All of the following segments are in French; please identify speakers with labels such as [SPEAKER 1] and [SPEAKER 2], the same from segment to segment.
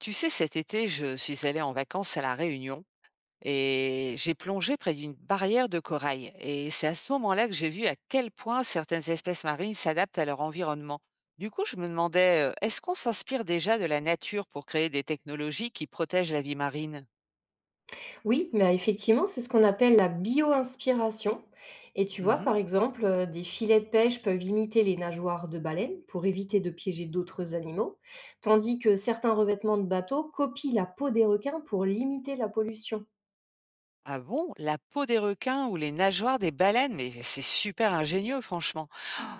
[SPEAKER 1] Tu sais, cet été, je suis allée en vacances à La Réunion et j'ai plongé près d'une barrière de corail. Et c'est à ce moment-là que j'ai vu à quel point certaines espèces marines s'adaptent à leur environnement. Du coup, je me demandais, est-ce qu'on s'inspire déjà de la nature pour créer des technologies qui protègent la vie marine?
[SPEAKER 2] Oui, mais effectivement, c'est ce qu'on appelle la bio-inspiration. Et tu vois,
[SPEAKER 1] Mhm.
[SPEAKER 2] par exemple, des filets de pêche peuvent imiter les nageoires de baleines pour éviter de piéger d'autres animaux, tandis que certains revêtements de bateaux copient la peau des requins pour limiter la pollution.
[SPEAKER 1] Ah bon? La peau des requins ou les nageoires des baleines, mais c'est super ingénieux, franchement.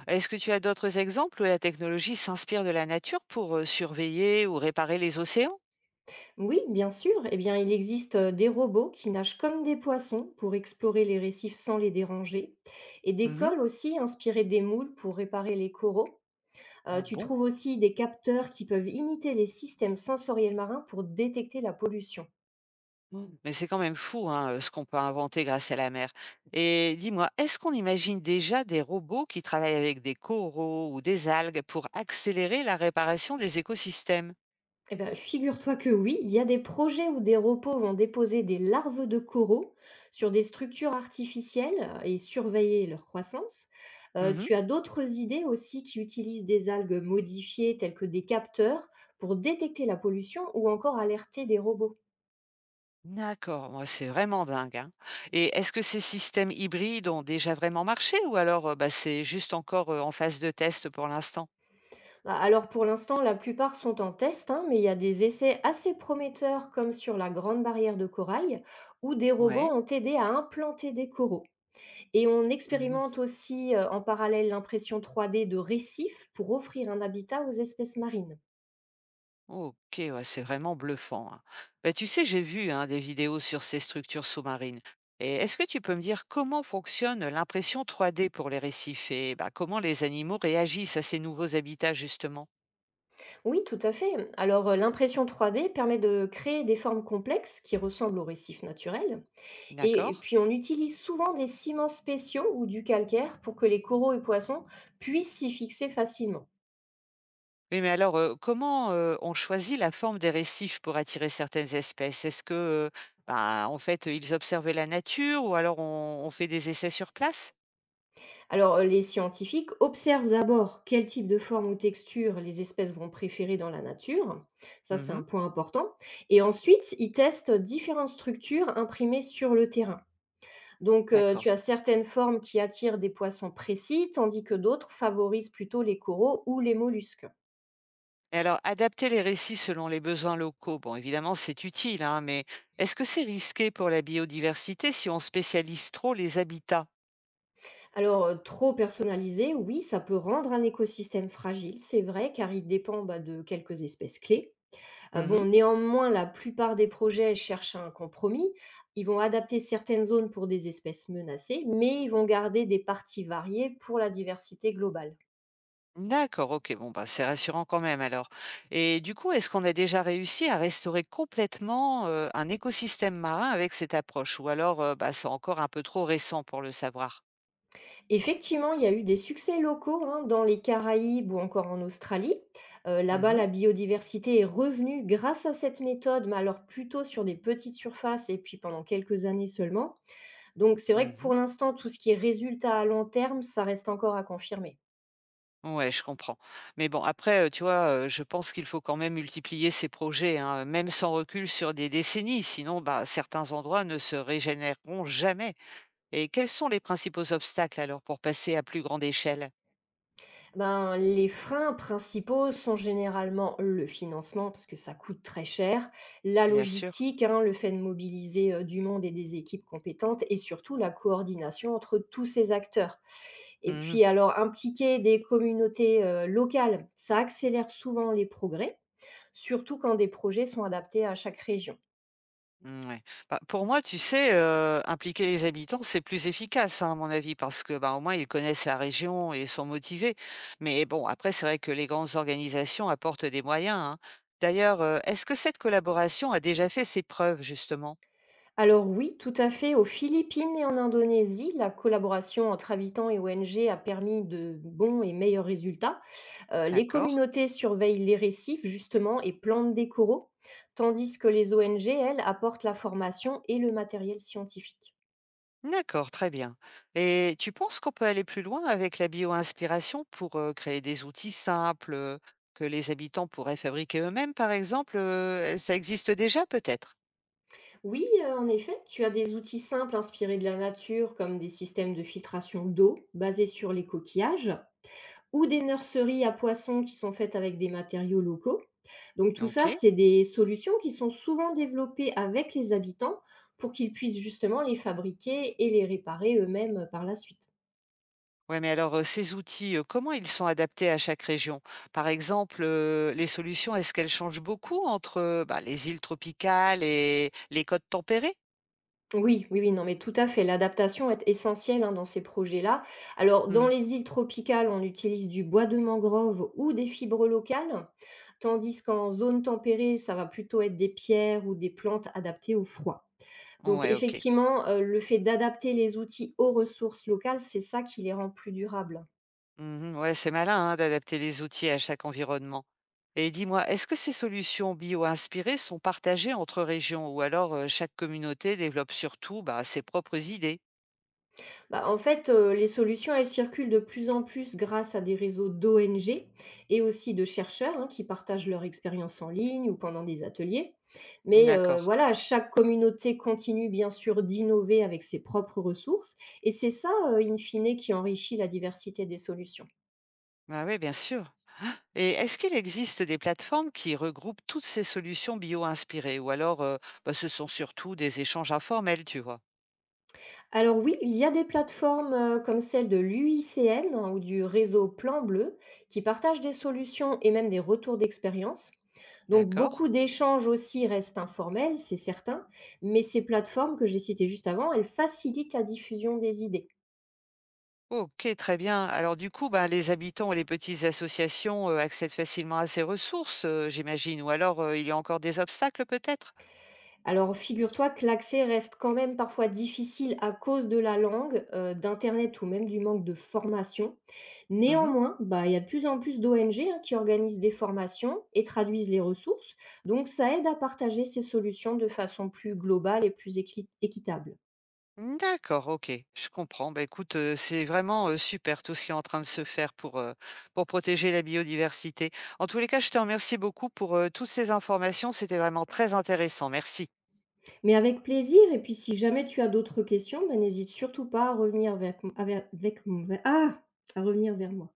[SPEAKER 1] Est-ce que tu as d'autres exemples où la technologie s'inspire de la nature pour surveiller ou réparer les océans?
[SPEAKER 2] Oui, bien sûr, eh bien, il existe des robots qui nagent comme des poissons pour explorer les récifs sans les déranger, et des
[SPEAKER 1] Mhm.
[SPEAKER 2] cols aussi inspirés des moules pour réparer les coraux.
[SPEAKER 1] Ah
[SPEAKER 2] Tu
[SPEAKER 1] bon?
[SPEAKER 2] trouves aussi des capteurs qui peuvent imiter les systèmes sensoriels marins pour détecter la pollution.
[SPEAKER 1] Mmh. Mais c'est quand même fou, hein, ce qu'on peut inventer grâce à la mer. Et dis-moi, est-ce qu'on imagine déjà des robots qui travaillent avec des coraux ou des algues pour accélérer la réparation des écosystèmes?
[SPEAKER 2] Eh bah, figure-toi que oui, il y a des projets où des robots vont déposer des larves de coraux sur des structures artificielles, et surveiller leur croissance.
[SPEAKER 1] Mmh.
[SPEAKER 2] Tu as d'autres idées aussi qui utilisent des algues modifiées telles que des capteurs pour détecter la pollution ou encore alerter des robots.
[SPEAKER 1] D'accord, moi c'est vraiment dingue, hein. Et est-ce que ces systèmes hybrides ont déjà vraiment marché, ou alors, bah, c'est juste encore, en phase de test pour l'instant?
[SPEAKER 2] A alors pour l'instant, la plupart sont en test, hein, mais il y a des essais assez prometteurs comme sur la Grande Barrière de Corail, où des robots
[SPEAKER 1] Ouais.
[SPEAKER 2] ont aidé à implanter des coraux. Et on expérimente
[SPEAKER 1] Mmh.
[SPEAKER 2] aussi, en parallèle l'impression 3D de récifs pour offrir un habitat aux espèces marines.
[SPEAKER 1] OK, ouais, c'est vraiment bluffant, hein. Bah, tu sais, j'ai vu, hein, des vidéos sur ces structures sous-marines. Et est-ce que tu peux me dire comment fonctionne l'impression 3D pour les récifs, et bah, comment les animaux réagissent à ces nouveaux habitats, justement?
[SPEAKER 2] Oui, tout à fait. Alors l'impression 3D permet de créer des formes complexes qui ressemblent aux récifs naturels.
[SPEAKER 1] D'accord?
[SPEAKER 2] Et puis on utilise souvent des ciments spéciaux ou du calcaire pour que les coraux et poissons puissent s'y fixer facilement.
[SPEAKER 1] Oui, mais alors, comment on choisit la forme des récifs pour attirer certaines espèces? Est-ce que, bah, en fait, ils observaient la nature, ou alors on fait des essais sur place?
[SPEAKER 2] Alors, les scientifiques observent d'abord quel type de forme ou texture les espèces vont préférer dans la nature. Ça, c'est un
[SPEAKER 1] Mhm,
[SPEAKER 2] point important, et ensuite, ils testent différentes structures imprimées sur le terrain. Donc, tu
[SPEAKER 1] d'accord.
[SPEAKER 2] as certaines formes qui attirent des poissons précis, tandis que d'autres favorisent plutôt les coraux ou les mollusques.
[SPEAKER 1] Et alors, adapter les récits selon les besoins locaux, bon, évidemment, c'est utile, hein, mais est-ce que c'est risqué pour la biodiversité si on spécialise trop les habitats?
[SPEAKER 2] Alors, trop personnalisé, oui, ça peut rendre un écosystème fragile, c'est vrai, car il dépend, bah, de quelques espèces clés.
[SPEAKER 1] Mhm.
[SPEAKER 2] Bon, néanmoins, la plupart des projets cherchent un compromis. Ils vont adapter certaines zones pour des espèces menacées, mais ils vont garder des parties variées pour la diversité globale.
[SPEAKER 1] D'accord, ok, bon, bah, c'est rassurant quand même alors. Et du coup, est-ce qu'on a déjà réussi à restaurer complètement un écosystème marin avec cette approche? Ou alors, bah, c'est encore un peu trop récent pour le savoir?
[SPEAKER 2] Effectivement, il y a eu des succès locaux, hein, dans les Caraïbes ou encore en Australie. Là-bas,
[SPEAKER 1] Mhm.
[SPEAKER 2] la biodiversité est revenue grâce à cette méthode, mais alors plutôt sur des petites surfaces et puis pendant quelques années seulement. Donc c'est vrai que pour
[SPEAKER 1] Mhm.
[SPEAKER 2] l'instant, tout ce qui est résultat à long terme, ça reste encore à confirmer.
[SPEAKER 1] Ouais, je comprends. Mais bon, après, tu vois, je pense qu'il faut quand même multiplier ces projets, hein, même sans recul sur des décennies, sinon, bah, certains endroits ne se régénéreront jamais. Et quels sont les principaux obstacles alors pour passer à plus grande échelle?
[SPEAKER 2] Ben, les freins principaux sont généralement le financement, parce que ça coûte très cher, la
[SPEAKER 1] Bien sûr.
[SPEAKER 2] logistique, hein, le fait de mobiliser du monde et des équipes compétentes, et surtout la coordination entre tous ces acteurs. Et
[SPEAKER 1] Mmh.
[SPEAKER 2] puis alors, impliquer des communautés, locales, ça accélère souvent les progrès, surtout quand des projets sont adaptés à chaque région.
[SPEAKER 1] Mmh, ouais. Bah, pour moi, tu sais, impliquer les habitants, c'est plus efficace, hein, à mon avis, parce que, bah, au moins, ils connaissent la région et sont motivés. Mais bon, après, c'est vrai que les grandes organisations apportent des moyens, hein. D'ailleurs, est-ce que cette collaboration a déjà fait ses preuves, justement?
[SPEAKER 2] Alors oui, tout à fait, aux Philippines et en Indonésie, la collaboration entre habitants et ONG a permis de bons et meilleurs résultats. Les
[SPEAKER 1] D'accord.
[SPEAKER 2] communautés surveillent les récifs justement et plantent des coraux, tandis que les ONG, elles, apportent la formation et le matériel scientifique.
[SPEAKER 1] D'accord, très bien. Et tu penses qu'on peut aller plus loin avec la bio-inspiration pour, créer des outils simples, que les habitants pourraient fabriquer eux-mêmes, par exemple, Ça existe déjà, peut-être?
[SPEAKER 2] Oui, en effet, tu as des outils simples inspirés de la nature, comme des systèmes de filtration d'eau basés sur les coquillages ou des nurseries à poissons qui sont faites avec des matériaux locaux. Donc tout ça,
[SPEAKER 1] OK.
[SPEAKER 2] c'est des solutions qui sont souvent développées avec les habitants pour qu'ils puissent justement les fabriquer et les réparer eux-mêmes par la suite.
[SPEAKER 1] Ouais, mais alors, ces outils, comment ils sont adaptés à chaque région? Par exemple, les solutions, est-ce qu'elles changent beaucoup entre, bah, les îles tropicales et les côtes tempérées?
[SPEAKER 2] Oui, oui, oui, non, mais tout à fait. L'adaptation est essentielle, hein, dans ces projets-là. Alors, dans
[SPEAKER 1] Mmh.
[SPEAKER 2] les îles tropicales, on utilise du bois de mangrove ou des fibres locales, tandis qu'en zone tempérée, ça va plutôt être des pierres ou des plantes adaptées au froid. Donc,
[SPEAKER 1] Ouais, OK.
[SPEAKER 2] effectivement, le fait d'adapter les outils aux ressources locales, c'est ça qui les rend plus durables.
[SPEAKER 1] Mmh. Ouais, c'est malin, hein, d'adapter les outils à chaque environnement. Et dis-moi, est-ce que ces solutions bio-inspirées sont partagées entre régions, ou alors, chaque communauté développe surtout, bah, ses propres idées?
[SPEAKER 2] Bah, en fait, les solutions, elles circulent de plus en plus grâce à des réseaux d'ONG et aussi de chercheurs, hein, qui partagent leur expérience en ligne ou pendant des ateliers. Mais,
[SPEAKER 1] D'accord.
[SPEAKER 2] voilà, chaque communauté continue bien sûr d'innover avec ses propres ressources, et c'est ça, in fine, qui enrichit la diversité des solutions.
[SPEAKER 1] Ah oui, bien sûr. Et est-ce qu'il existe des plateformes qui regroupent toutes ces solutions bio-inspirées, ou alors bah, ce sont surtout des échanges informels, tu vois?
[SPEAKER 2] Alors oui, il y a des plateformes, comme celle de l'UICN ou du réseau Plan Bleu, qui partagent des solutions et même des retours d'expérience. Donc
[SPEAKER 1] D'accord.
[SPEAKER 2] beaucoup d'échanges aussi restent informels, c'est certain, mais ces plateformes que j'ai citées juste avant, elles facilitent la diffusion des idées.
[SPEAKER 1] OK, très bien. Alors du coup, bah, les habitants et les petites associations, accèdent facilement à ces ressources, j'imagine, ou alors, il y a encore des obstacles peut-être?
[SPEAKER 2] Alors, figure-toi que l'accès reste quand même parfois difficile à cause de la langue, d'internet ou même du manque de formation.
[SPEAKER 1] Mmh.
[SPEAKER 2] Néanmoins, bah, il y a de plus en plus d'ONG, hein, qui organisent des formations et traduisent les ressources, donc ça aide à partager ces solutions de façon plus globale et plus équitable.
[SPEAKER 1] D'accord, OK, je comprends. Bah, écoute, c'est vraiment, super, tout ce qui est en train de se faire pour protéger la biodiversité. En tous les cas, je te remercie beaucoup pour, toutes ces informations, c'était vraiment très intéressant. Merci.
[SPEAKER 2] Mais avec plaisir, et puis si jamais tu as d'autres questions, bah, n'hésite surtout pas à revenir vers avec avec ah! À revenir vers moi.